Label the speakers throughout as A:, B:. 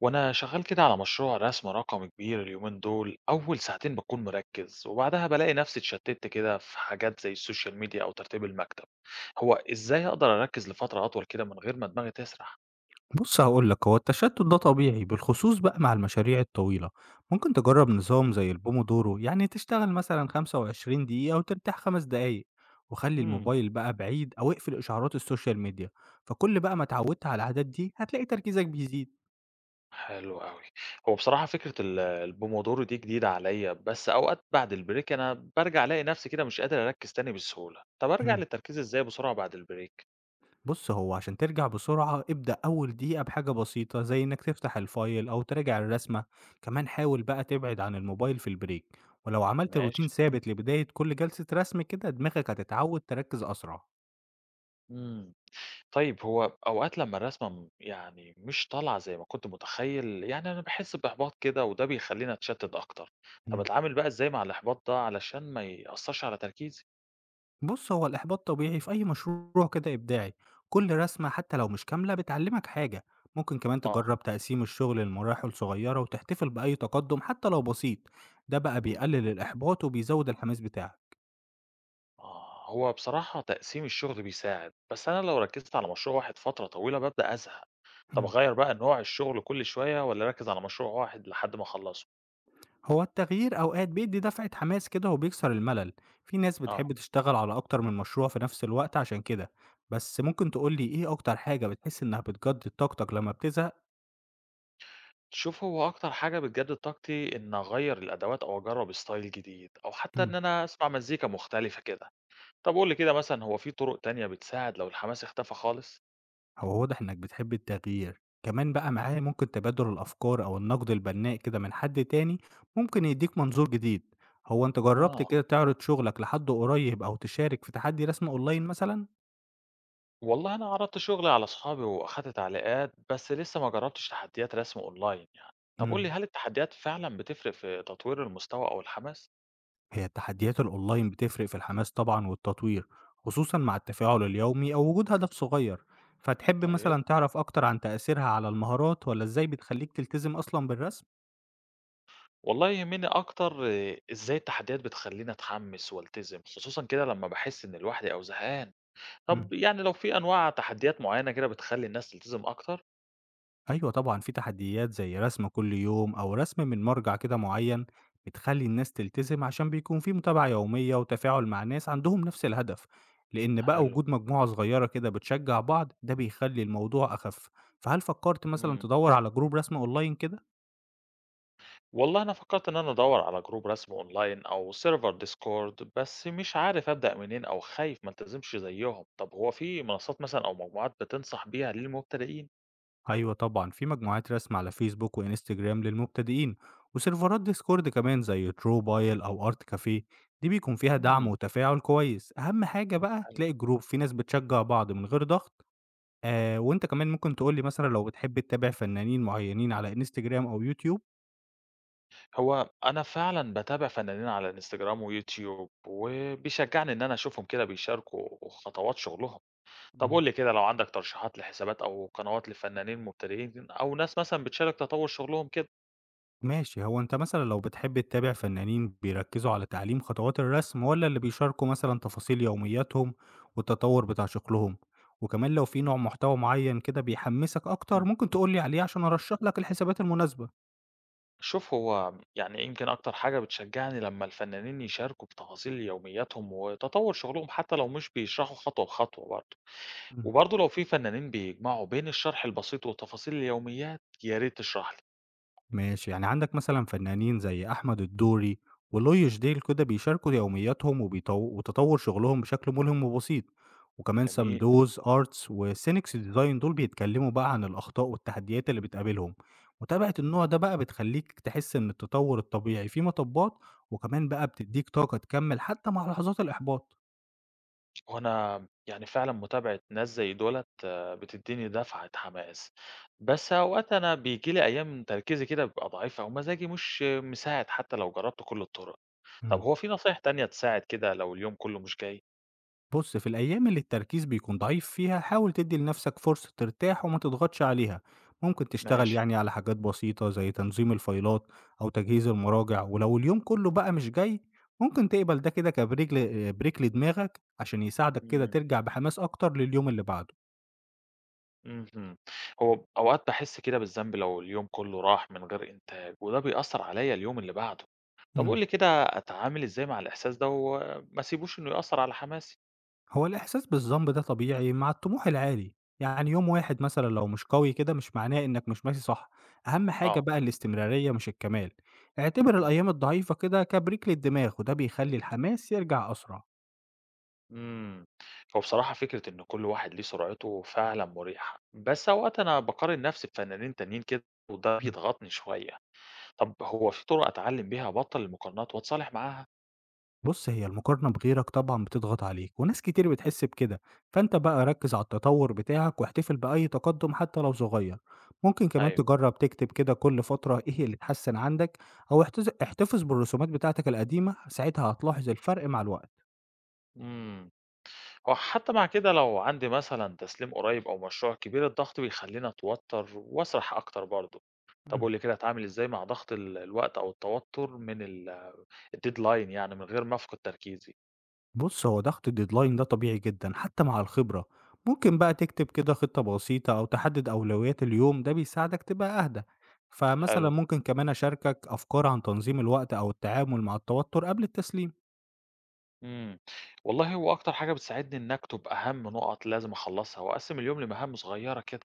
A: وأنا شغال كده على مشروع رسم رقمي كبير اليومين دول. أول ساعتين بكون مركز وبعدها بلاقي نفسي اتشتت كده في حاجات زي السوشيال ميديا أو ترتيب المكتب. هو إزاي أقدر أركز لفترة أطول كده من غير ما دماغي تسرح؟
B: بص هقول لك هو التشتت ده طبيعي بالخصوص بقى مع المشاريع الطويلة. ممكن تجرب نظام زي البومودورو، يعني تشتغل مثلا 25 دقيقة وترتاح 5 دقايق، وخلي
A: امم.
B: الموبايل بقى بعيد أو اقفل إشعارات السوشيال ميديا. فكل بقى ما اتعودت على العادات دي هتلاقي تركيزك بيزيد.
A: حلو قوي. هو بصراحة فكرة البومودورو دي جديدة عليا، بس أوقات بعد البريك أنا برجع ألاقي نفسي كده مش قادر أركز تاني بسهولة. طب أرجع
B: مم.
A: للتركيز إزاي بسرعة بعد البريك؟
B: بص هو عشان ترجع بسرعة ابدأ أول دقيقة بحاجة بسيطة زي إنك تفتح الفايل أو تراجع الرسمة. كمان حاول بقى تبعد عن الموبايل في البريك، ولو عملت روتين
A: ماشي.
B: ثابت لبداية كل جلسة رسم كده دماغك هتتعود تركز أسرع.
A: مم. طيب، هو أوقات لمّا الرسمة يعني مش طالعة زي ما كنت متخيّل، يعني أنا باحس بإحباط كده وده بيخلّيني أتشتت أكتر. طَب
B: إمم.
A: أتعامل بقى إزاي مع الإحباط ده علشان ما يأثّرش على تركيزي؟
B: بُص، هو الإحباط طبيعي في أي مشروع كده إبداعي، كل رسمة حتى لو مش كاملة بتعلّمك حاجة، ممكن كمان
A: آه.
B: تجرّب تقسيم الشغل لمراحل صغيّرة وتحتفل بأي تقدّم حتى لو بسيط، ده بقى بيقلل
A: اهم.
B: الإحباط وبيزوّد الحماس بتاعك.
A: آه، هو بصراحة تقسيم الشغل بيساعد، بس أنا لو ركّزت على مشروع واحد فترة طويلة بابدأ أزهق. طَب
B: إمم.
A: أغيّر بقى نوع الشغل كل شوية والّا أركّز على مشروع واحد لحد ما أخلّصه؟
B: هو التغيير أوقات بيدّي دفعة حماس كده وبيكسر الملل، في ناس
A: آه.
B: بتحب تشتغل على أكتر من مشروع في نفس الوقت عشان كده، بس ممكن تقول لي إيه أكتر حاجة بتحس إنها بتجدد طاقتك لمّا بتزهق؟
A: شوف، هو أكتر حاجة بتجدد طاقتي إن أغيّر الأدوات أو أجرّب style جديد أو حتى
B: إمم.
A: إن أنا أسمع مزيكا مختلفة كده. طب قُل لي كده مثلًا، هو في طرق تانية بتساعد لو الحماس اختفى خالص؟
B: هو واضح إنك بتحب التغيير، كمان بقى معاه ممكن تبادل الأفكار أو النقد البناء كده من حد تاني ممكن يديك منظور جديد. هو أنت جربت
A: آه.
B: كده تعرض شغلك لحد قريب أو تشارك في تحدي رسم أونلاين مثلا؟
A: والله أنا عرضت شغلي على أصحابي وأخدت تعليقات، بس لسه ما جربتش تحديات رسم أونلاين يعني. طب قُل لي،
B: مم.
A: هل التحديات فعلًا بتفرق في تطوير المستوى أو الحماس؟
B: هي التحديات الأونلاين بتفرق في الحماس طبعا والتطوير، خصوصا مع التفاعل اليومي أو وجود هدف صغير. فتحب
A: طيب.
B: مثلا تعرف أكتر عن تأثيرها على المهارات ولا إزاي بتخليك تلتزم أصلا بالرسم؟
A: والله يهمني أكتر آه، إزاي التحديات بتخلّيني أتحمس والتزم، خصوصًا كده لمّا باحس إني لوحدي أو زهقان.
B: مم.
A: طب يعني لو في أنواع تحديات معينة كده بتخلّي الناس تلتزم أكتر؟
B: أيوه طبعًا، في تحديات زي رسم كل يوم أو رسم من مرجع كده معيّن، بتخلّي الناس تلتزم عشان بيكون في متابعة يومية وتفاعل مع ناس عندهم نفس الهدف، لإن بقى
A: حلو.
B: وجود مجموعة صغيّرة كده بتشجّع بعض، ده بيخلّي الموضوع أخف. فهل فكّرت مثلًا
A: إمم.
B: تدوّر على جروب رسم أونلاين كده؟
A: والله أنا فكرت إن أنا أدور على جروب رسم أونلاين أو سيرفر ديسكورد، بس مش عارف أبدأ منين أو خايف ما التزمش زيهم. طب هو في منصات مثلا أو مجموعات بتنصح بيها للمبتدئين؟
B: أيوه طبعًا، في مجموعات رسم على فيسبوك وإنستجرام للمبتدئين، وسيرفرات ديسكورد كمان زي تروبايل أو آرت كافيه، دي بيكون فيها دعم
A: مم.
B: وتفاعل كويس. أهم حاجة بقى
A: حلو.
B: تلاقي جروب فيه ناس بتشجّع بعض من غير ضغط. وأنت كمان ممكن تقول لي مثلًا لو بتحب تتابع فنانين معيّنين على إنستجرام أو يوتيوب.
A: هو أنا فعلا بتابع فنانين على انستجرام ويوتيوب وبيشجعني إن أنا أشوفهم كده بيشاركوا خطوات شغلهم. طب قول
B: إمم.
A: لي كده، لو عندك ترشيحات لحسابات أو قنوات لفنانين مبتدئين أو ناس مثلا بتشارك تطور شغلهم كده.
B: ماشي، هو أنت مثلًا لو بتحب تتابع فنانين بيركّزوا على تعليم خطوات الرسم والّا اللي بيشاركوا مثلًا تفاصيل يومياتهم والتطوّر بتاع شغلهم؟ وكمان لو في نوع محتوى معيّن كده بيحمّسك أكتر ممكن تقول لي عليه عشان أرشّح لك الحسابات المناسبة.
A: شوف، هو يعني يمكن أكتر حاجة بتشجعني لما الفنانين يشاركوا بتفاصيل يومياتهم وتطور شغلهم حتى لو مش بيشرحوا خطوة بخطوة برضه.
B: إمم.
A: وبرضه لو في فنانين بيجمعوا بين الشرح البسيط وتفاصيل اليوميات، يا ريت تشرح لي.
B: ماشي، يعني عندك مثلا فنانين زي أحمد الدوري ولويش ديل كده بيشاركوا يومياتهم وتطور شغلهم بشكل ملهم وبسيط، وكمان
A: جميل.
B: سمدوز ارتس وسينكس ديزاين دول بيتكلموا بقى عن الأخطاء والتحديات اللي بتقابلهم. متابعة النوع ده بقى بتخليك تحس إن التطور الطبيعي في مطبات، وكمان بقى بتديك طاقة تكمل حتى مع لحظات الإحباط.
A: وأنا يعني فعلا متابعة ناس زي دولت آه، بتديني دفعة حماس. بس أوقات أنا بيجيلي أيام تركيزي كده بيبقى ضعيف أو مزاجي مش مساعد حتى لو جربت كل الطرق. طب
B: مم.
A: هو في نصايح تانية تساعد كده لو اليوم كله مش جاي؟
B: بص في الأيام اللي التركيز بيكون ضعيف فيها حاول تدي لنفسك فرصة ترتاح وما تضغطش عليها. ممكن تشتغل
A: ماشي.
B: يعني على حاجات بسيطة زي تنظيم الفايلات أو تجهيز المراجع، ولو اليوم كله بقى مش جاي ممكن تقبل ده كده كبريك بريك لدماغك عشان يساعدك كده ترجع بحماس أكتر لليوم اللي بعده.
A: اهم. هو أوقات باحس كده بالذنب لو اليوم كله راح من غير إنتاج، وده بيأثّر عليَّ اليوم اللي بعده. طب قُل لي كده، أتعامل إزاي مع الإحساس ده وما اسيبوش إنه يأثّر على حماسي؟
B: هو الإحساس بالذنب ده طبيعي مع الطموح العالي، يعني يوم واحد مثلا لو مش قوي كده مش معناه إنك مش ماشي صح. أهم حاجة
A: آه.
B: بقى الاستمرارية مش الكمال. اعتبر
A: إمم.
B: الأيام الضعيفة كده كبريك للدماغ، وده بيخلي الحماس يرجع أسرع.
A: إمم. هو بصراحة فكرة إن كل واحد ليه سرعته فعلًا مريحة، بس أوقات أنا باقارن نفسي بفنانين تانيين كده وده بيضغطني شوية. طب هو في طُرق أتعلم بيها أبطّل المقارنات واتصالح معاها؟
B: بص هي المقارنة بغيرك طبعا بتضغط عليك وناس كتير بتحس بكده. فأنت بقى ركز على التطور بتاعك واحتفل بأي تقدم حتى لو صغير. ممكن كمان
A: أيوه.
B: تجرب تكتب كده كل فترة إيه اللي اتحسن عندك، أو احتفظ بالرسومات بتاعتك القديمة، ساعتها هتلاحظ الفرق مع الوقت.
A: إمم. هو حتى مع كده لو عندي مثلا تسليم قريب أو مشروع كبير الضغط بيخليني أتوتر وأسرح أكتر برضه. طب
B: إمم.
A: قولي كده، أتعامل إزاي مع ضغط الوقت أو التوتر من الديدلاين يعني من غير ما أفقد تركيزي؟
B: بُص، هو ضغط الdeadline ده طبيعي جدًا حتى مع الخبرة، ممكن بقى تكتب كده خطة بسيطة أو تحدد أولويات اليوم، ده بيساعدك تبقى أهدى. فمثلًا
A: حلو.
B: ممكن كمان أشاركك أفكار عن تنظيم الوقت أو التعامل مع التوتر قبل التسليم.
A: امم. والله هو أكتر حاجة بتساعدني إن أكتب أهم نقط لازم أخلصها وأقسم اليوم لمهام صغيرة كده.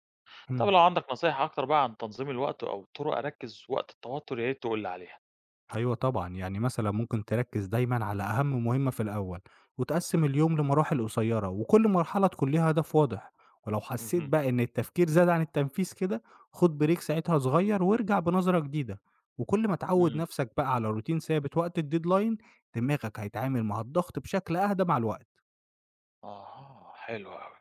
A: طب
B: إمم.
A: لو عندك نصايح أكتر بقى عن تنظيم الوقت أو طرق أركز وقت التوتر، يا ريت تقولي عليها.
B: أيوه طبعًا، يعني مثلًا ممكن تركّز دايمًا على أهم مهمة في الأول، وتقسّم اليوم لمراحل قصيّرة، وكل مرحلة تكون ليها هدف واضح، ولو حسّيت
A: امم.
B: بقى إن التفكير زاد عن التنفيذ كده، خُد بريك ساعتها صغيّر وارجع بنظرة جديدة، وكل ما تعوّد
A: امم.
B: نَفْسك بقى على روتين ثابت وقت الdeadline دماغك هيتعامل مع الضغط بشكل أهدى مع الوقت.
A: آه، حلو أوي.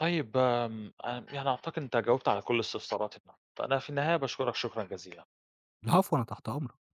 A: طيب آمم، يعني أعتقد أنت جاوبت على كل استفساراتنا، فأنا في النهاية باشكرك شكرًا جزيلًا.
B: العفو، أنا تحت أمرك.